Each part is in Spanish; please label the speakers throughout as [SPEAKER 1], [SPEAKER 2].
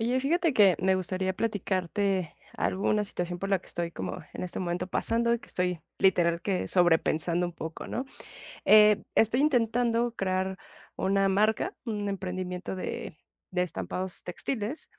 [SPEAKER 1] Oye, fíjate que me gustaría platicarte alguna situación por la que estoy como en este momento pasando y que estoy literal que sobrepensando un poco, ¿no? Estoy intentando crear una marca, un emprendimiento de estampados textiles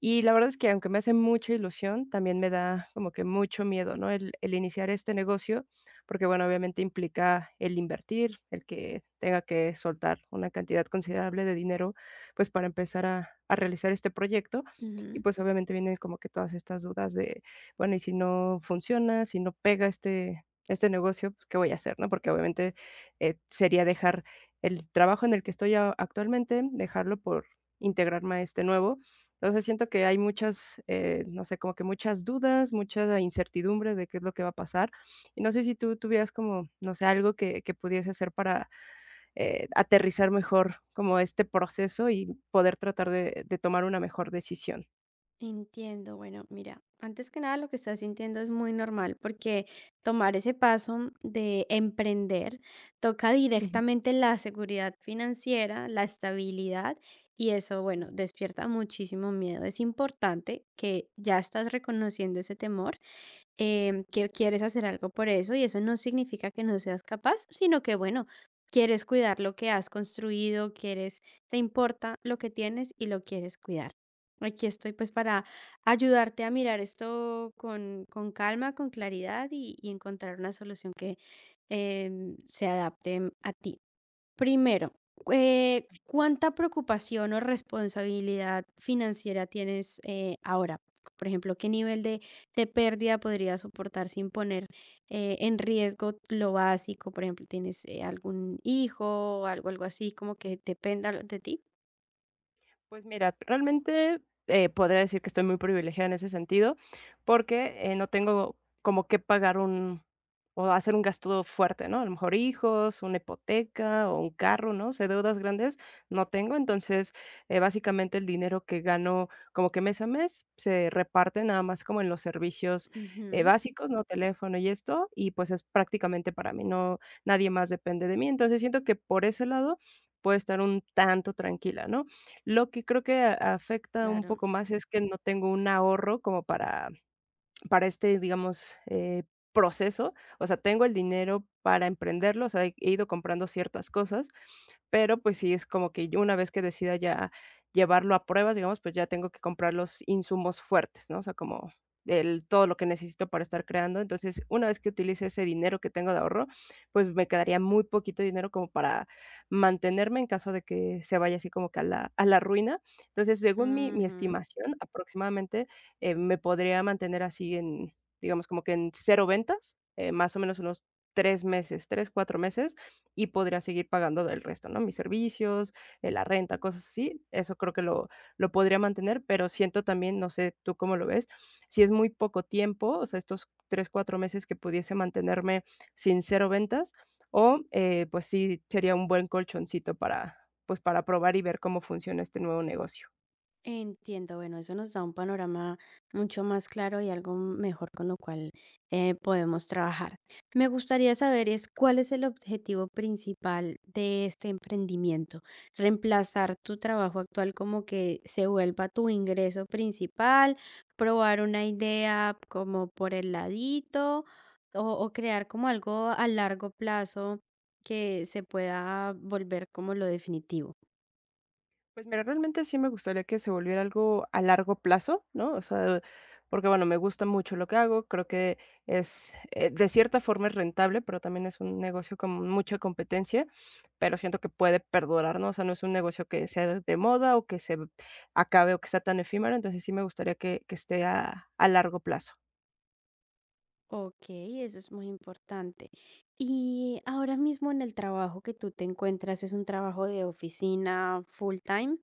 [SPEAKER 1] y la verdad es que, aunque me hace mucha ilusión, también me da como que mucho miedo, ¿no? El iniciar este negocio, porque, bueno, obviamente implica el invertir, el que tenga que soltar una cantidad considerable de dinero, pues, para empezar a realizar este proyecto. Y,
[SPEAKER 2] Ujú.
[SPEAKER 1] pues, obviamente vienen como que todas estas dudas de, bueno, ¿y si no funciona? ¿Si no pega este negocio? Pues, ¿qué voy a hacer, no? Porque obviamente, sería dejar el trabajo en el que estoy a actualmente, dejarlo por integrarme a este nuevo. Entonces, siento que hay muchas, no sé, como que muchas dudas, mucha incertidumbre de qué es lo que va a pasar. Y no sé si tú tuvieras como, no sé, algo que pudiese hacer para aterrizar mejor como este proceso y poder tratar de tomar una mejor decisión.
[SPEAKER 2] Entiendo. Bueno, mira, antes que nada lo que estás sintiendo es muy normal porque tomar ese paso de emprender toca
[SPEAKER 1] Ujú.
[SPEAKER 2] directamente la seguridad financiera, la estabilidad y eso, bueno,
[SPEAKER 1] Sí.
[SPEAKER 2] despierta muchísimo miedo. Es importante que ya estás reconociendo ese temor, que quieres hacer algo por eso y eso no significa que no seas capaz, sino que, bueno, quieres cuidar lo que has construido, quieres, te importa lo que tienes y lo quieres cuidar. Aquí estoy pues para ayudarte a mirar esto con calma, con claridad y encontrar una solución que se adapte a ti. Primero, ¿cuánta preocupación o responsabilidad financiera tienes, ahora? Por ejemplo, ¿qué nivel de pérdida podrías soportar sin poner, en riesgo lo básico? Por ejemplo, ¿tienes, algún hijo o algo, algo así como que dependa de ti?
[SPEAKER 1] Pues mira, realmente podría decir que estoy muy privilegiada en ese sentido, porque no tengo como que pagar un o hacer un gasto fuerte, ¿no? A lo mejor hijos, una hipoteca o un carro, ¿no? O sea, deudas grandes no tengo, entonces básicamente el dinero que gano como que mes a mes se reparte nada más como en los servicios
[SPEAKER 2] Ujú,
[SPEAKER 1] básicos, ¿no? Teléfono y esto, y pues es prácticamente para mí, no, nadie más depende de mí, entonces siento que por ese lado puedo estar un tanto tranquila, ¿no? Lo que creo que a afecta un
[SPEAKER 2] claro.
[SPEAKER 1] poco más es que no tengo un ahorro como para este, digamos, proceso. O sea, tengo el dinero para emprenderlo, o sea, he ido comprando ciertas cosas, pero, pues sí, es como que yo una vez que decida ya llevarlo a pruebas, digamos, pues ya tengo que comprar los insumos fuertes, ¿no? O sea, como el todo lo que necesito para estar creando. Entonces, una vez que utilice ese dinero que tengo de ahorro, pues me quedaría muy poquito dinero como para mantenerme en caso de que se vaya así como que a la ruina. Entonces, según mi estimación, aproximadamente, me podría mantener así en, digamos, como que en cero ventas, más o menos unos 3 meses, 3, 4 meses, y podría seguir pagando el resto, ¿no? Mis servicios, la renta, cosas así, eso creo que lo podría mantener, pero siento también, no sé tú cómo lo ves, si es muy poco tiempo, o sea, estos 3, 4 meses que pudiese mantenerme sin cero ventas, o pues sí sería un buen colchoncito pues para probar y ver cómo funciona este nuevo negocio.
[SPEAKER 2] Entiendo, bueno, eso nos da un panorama mucho más claro y algo mejor con lo cual, podemos trabajar. Me gustaría saber es cuál es el objetivo principal de este emprendimiento. Reemplazar tu trabajo actual como que se vuelva tu ingreso principal, probar una idea como por el ladito o crear como algo a largo plazo que se pueda volver como lo definitivo.
[SPEAKER 1] Pues mira, realmente sí me gustaría que se volviera algo a largo plazo, ¿no? O sea, porque bueno, me gusta mucho lo que hago, creo que es, de cierta forma es rentable, pero también es un negocio con mucha competencia, pero siento que puede perdurar, ¿no? O sea, no es un negocio que sea de moda o que se acabe o que sea tan efímero, entonces sí me gustaría que esté a largo plazo.
[SPEAKER 2] Ok, eso es muy importante. Y ahora mismo en el trabajo que tú te encuentras, ¿es un trabajo de oficina full time?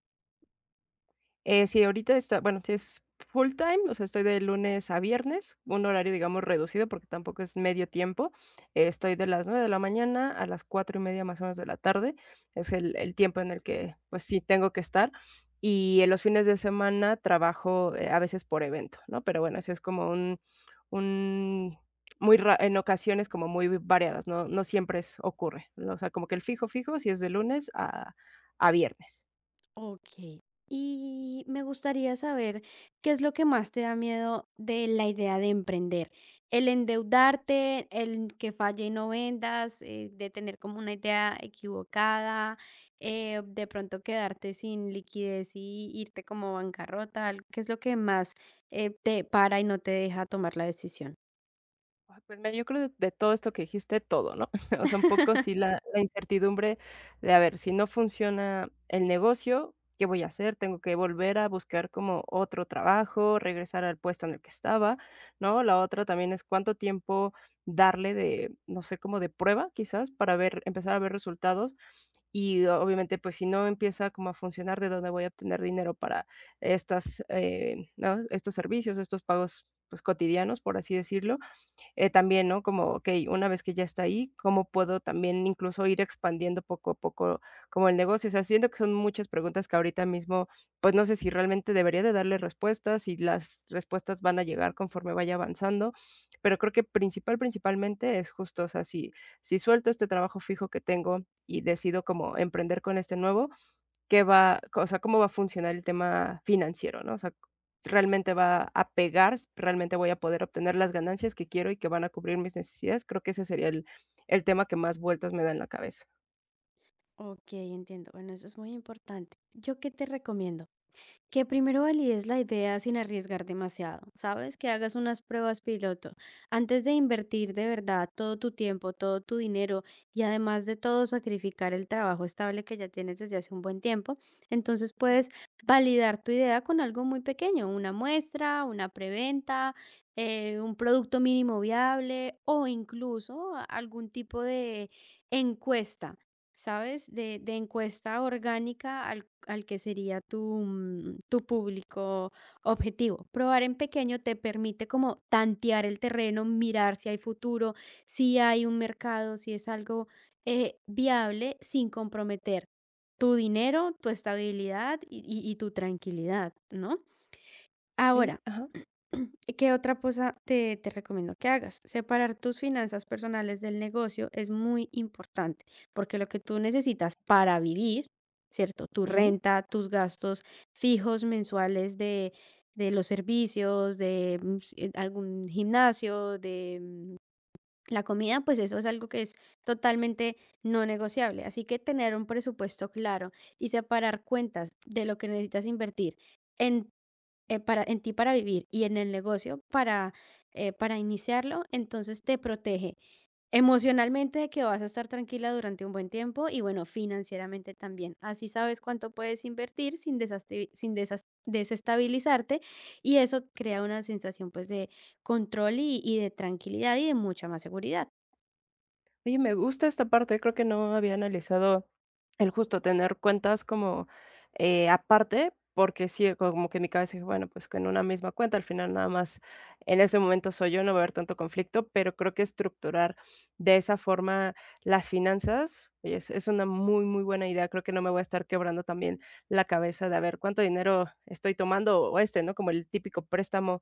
[SPEAKER 1] Sí, ahorita está bueno, sí es full time, o sea, estoy de lunes a viernes, un horario, digamos, reducido, porque tampoco es medio tiempo. Estoy de las 9 de la mañana a las 4:30, más o menos, de la tarde. Es el tiempo en el que, pues, sí tengo que estar. Y en los fines de semana trabajo, a veces por evento, ¿no? Pero bueno, eso es como un muy ra en ocasiones como muy variadas, no siempre es ocurre, ¿no? O sea, como que el fijo, fijo, sí es de lunes a viernes.
[SPEAKER 2] Ok. Y me gustaría saber qué es lo que más te da miedo de la idea de emprender. El endeudarte, el que falle y no vendas, de tener como una idea equivocada, de pronto quedarte sin liquidez y irte como bancarrota. ¿Qué es lo que más, te para y no te deja tomar la decisión?
[SPEAKER 1] Ay, pues mira, yo creo de todo esto que dijiste, todo, ¿no? O sea, un poco sí la incertidumbre de, a ver, si no funciona el negocio, ¿qué voy a hacer? Tengo que volver a buscar como otro trabajo, regresar al puesto en el que estaba, ¿no? La otra también es cuánto tiempo darle de, no sé, como de prueba, quizás, para ver empezar a ver resultados y, obviamente, pues, si no empieza como a funcionar, ¿de dónde voy a obtener dinero para estas, no? Estos servicios, estos pagos, pues, cotidianos, por así decirlo? También, ¿no? Como, okey, una vez que ya está ahí, ¿cómo puedo también incluso ir expandiendo poco a poco como el negocio? O sea, siento que son muchas preguntas que ahorita mismo, pues, no sé si realmente debería de darle respuestas, y las respuestas van a llegar conforme vaya avanzando, pero creo que principalmente es justo, o sea, si si suelto este trabajo fijo que tengo y decido como emprender con este nuevo, qué va o sea, cómo va a funcionar el tema financiero, ¿no? O sea, realmente va a pegar, realmente voy a poder obtener las ganancias que quiero y que van a cubrir mis necesidades. Creo que ese sería el tema que más vueltas me da en la cabeza.
[SPEAKER 2] Ok, entiendo. Bueno, eso es muy importante. ¿Yo qué te recomiendo? Que primero valides la idea sin arriesgar demasiado, ¿sabes? Que hagas unas pruebas piloto antes de invertir de verdad todo tu tiempo, todo tu dinero y además de todo sacrificar el trabajo estable que ya tienes desde hace un buen tiempo. Entonces puedes validar tu idea con algo muy pequeño, una muestra, una preventa, un producto mínimo viable o incluso algún tipo de encuesta, ¿sabes? De encuesta orgánica al que sería tu, mm, tu público objetivo. Probar en pequeño te permite como tantear el terreno, mirar si hay futuro, si hay un mercado, si es algo, viable sin comprometer tu dinero, tu estabilidad y tu tranquilidad, ¿no?
[SPEAKER 1] Y
[SPEAKER 2] Ahora,
[SPEAKER 1] ajá,
[SPEAKER 2] ¿qué otra cosa te recomiendo que hagas? Separar tus finanzas personales del negocio es muy importante, porque lo que tú necesitas para vivir, ¿cierto? Tu
[SPEAKER 1] ujú.
[SPEAKER 2] renta, tus gastos fijos mensuales de los servicios, de mm, algún gimnasio, de mm, la comida, pues eso es algo que es totalmente no negociable. Así que tener un presupuesto claro y separar cuentas de lo que necesitas invertir. En, en ti para vivir y en el negocio para iniciarlo, entonces te protege emocionalmente de que vas a estar tranquila durante un buen tiempo y bueno, financieramente también. Así sabes cuánto puedes invertir sin, desestabilizarte y eso crea una sensación pues de control y de tranquilidad y de mucha más seguridad.
[SPEAKER 1] Oye, me gusta esta parte, creo que no había analizado el justo tener cuentas como, aparte, porque sí, como que en mi cabeza dije, bueno, pues, con una misma cuenta, al final nada más en ese momento soy yo, no va a haber tanto conflicto, pero creo que estructurar de esa forma las finanzas, oye, es una muy, muy buena idea, creo que no me voy a estar quebrando también la cabeza de a ver cuánto dinero estoy tomando o este, ¿no? Como el típico préstamo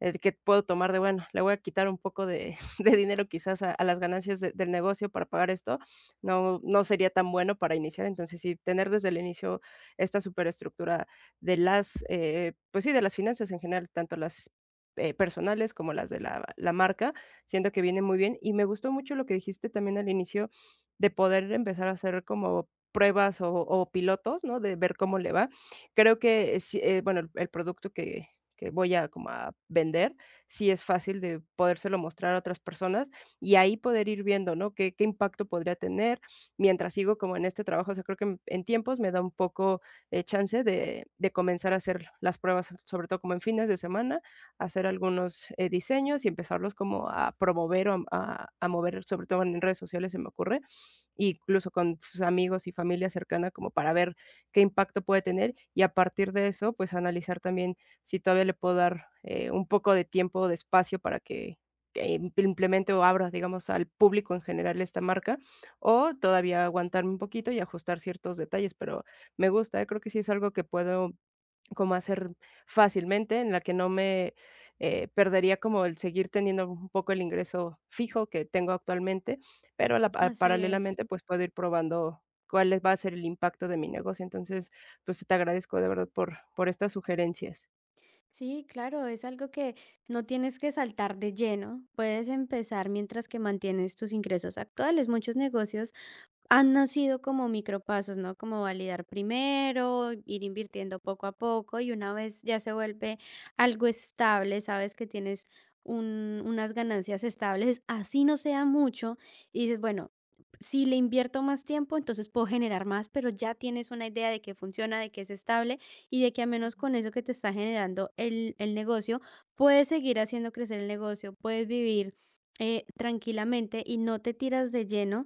[SPEAKER 1] que puedo tomar de, bueno, le voy a quitar un poco de, de dinero quizás a las ganancias del negocio para pagar esto, no, no sería tan bueno para iniciar. Entonces, sí, tener desde el inicio esta superestructura de las, pues sí, de las finanzas en general, tanto las personales como las de la marca, siento que viene muy bien. Y me gustó mucho lo que dijiste también al inicio de poder empezar a hacer como pruebas o pilotos, ¿no? De ver cómo le va. Creo que, sí, bueno, el producto que voy a como a vender, sí es fácil de podérselo mostrar a otras personas y ahí poder ir viendo, ¿no? Qué impacto podría tener mientras sigo como en este trabajo. O sea, creo que en tiempos me da un poco, chance de comenzar a hacer las pruebas, sobre todo como en fines de semana, hacer algunos, diseños y empezarlos como a promover o a mover, sobre todo en redes sociales, se me ocurre, incluso con sus amigos y familia cercana, como para ver qué impacto puede tener, y a partir de eso, pues, analizar también si todavía le puedo dar, un poco de tiempo o de espacio para que im implemente o abra, digamos, al público en general esta marca, o todavía aguantarme un poquito y ajustar ciertos detalles, pero me gusta, ¿eh? Creo que sí es algo que puedo como hacer fácilmente, en la que no me, perdería como el seguir teniendo un poco el ingreso fijo que tengo actualmente, pero a la pa
[SPEAKER 2] Así es.
[SPEAKER 1] paralelamente, pues, puedo ir probando cuál va a ser el impacto de mi negocio. Entonces, pues, te agradezco de verdad por estas sugerencias.
[SPEAKER 2] Sí, claro, es algo que no tienes que saltar de lleno. Puedes empezar mientras que mantienes tus ingresos actuales. Muchos negocios han nacido como micropasos, ¿no? Como validar primero, ir invirtiendo poco a poco y una vez ya se vuelve algo estable, sabes que tienes unas ganancias estables, así no sea mucho, y dices, bueno, si le invierto más tiempo, entonces puedo generar más, pero ya tienes una idea de que funciona, de que es estable y de que al menos con eso que te está generando el negocio, puedes seguir haciendo crecer el negocio, puedes vivir, tranquilamente y no te tiras de lleno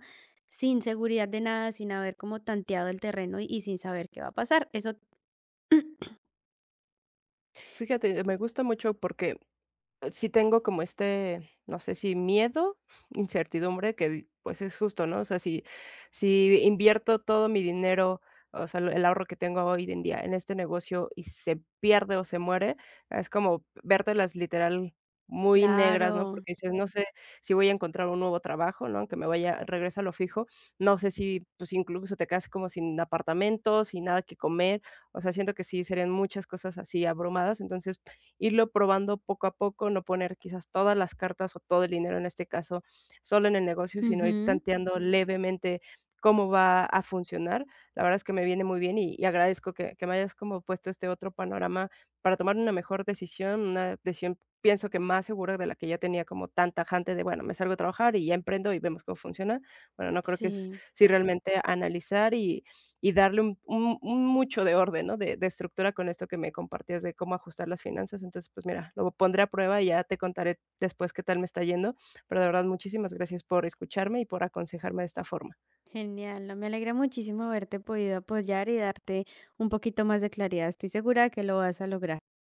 [SPEAKER 2] sin seguridad de nada, sin haber como tanteado el terreno y sin saber qué va a pasar. Eso,
[SPEAKER 1] Fíjate, me gusta mucho porque sí tengo como este, no sé si miedo, incertidumbre, que di pues es justo, ¿no? O sea, si si invierto todo mi dinero, o sea, el ahorro que tengo hoy en día en este negocio y se pierde o se muere, es como vértelas literal muy negras, ¿no?
[SPEAKER 2] claro.
[SPEAKER 1] Porque dices: "No sé si voy a encontrar un nuevo trabajo", ¿no? Aunque me vaya regresa a lo fijo, no sé si, pues, incluso te quedas como sin apartamento, sin nada que comer, o sea, siento que sí serían muchas cosas así abrumadas, entonces irlo probando poco a poco, no poner quizás todas las cartas o todo el dinero, en este caso, solo en el negocio, sino ir
[SPEAKER 2] Ujú.
[SPEAKER 1] tanteando levemente cómo va a funcionar. La verdad es que me viene muy bien y agradezco que me hayas como puesto este otro panorama para tomar una mejor decisión, una decisión pienso que más segura de la que ya tenía como tan tajante de, bueno, me salgo a trabajar y ya emprendo y vemos cómo funciona. Bueno, no creo que es
[SPEAKER 2] Sí,
[SPEAKER 1] si realmente analizar y darle un mucho de orden, ¿no? De estructura con esto que me compartías de cómo ajustar las finanzas. Entonces, pues mira, lo pondré a prueba y ya te contaré después qué tal me está yendo, pero de verdad, muchísimas gracias por escucharme y por aconsejarme de esta forma.
[SPEAKER 2] genial. No, me alegra muchísimo haberte podido apoyar y darte un poquito más de claridad. Estoy segura que lo vas a lograr.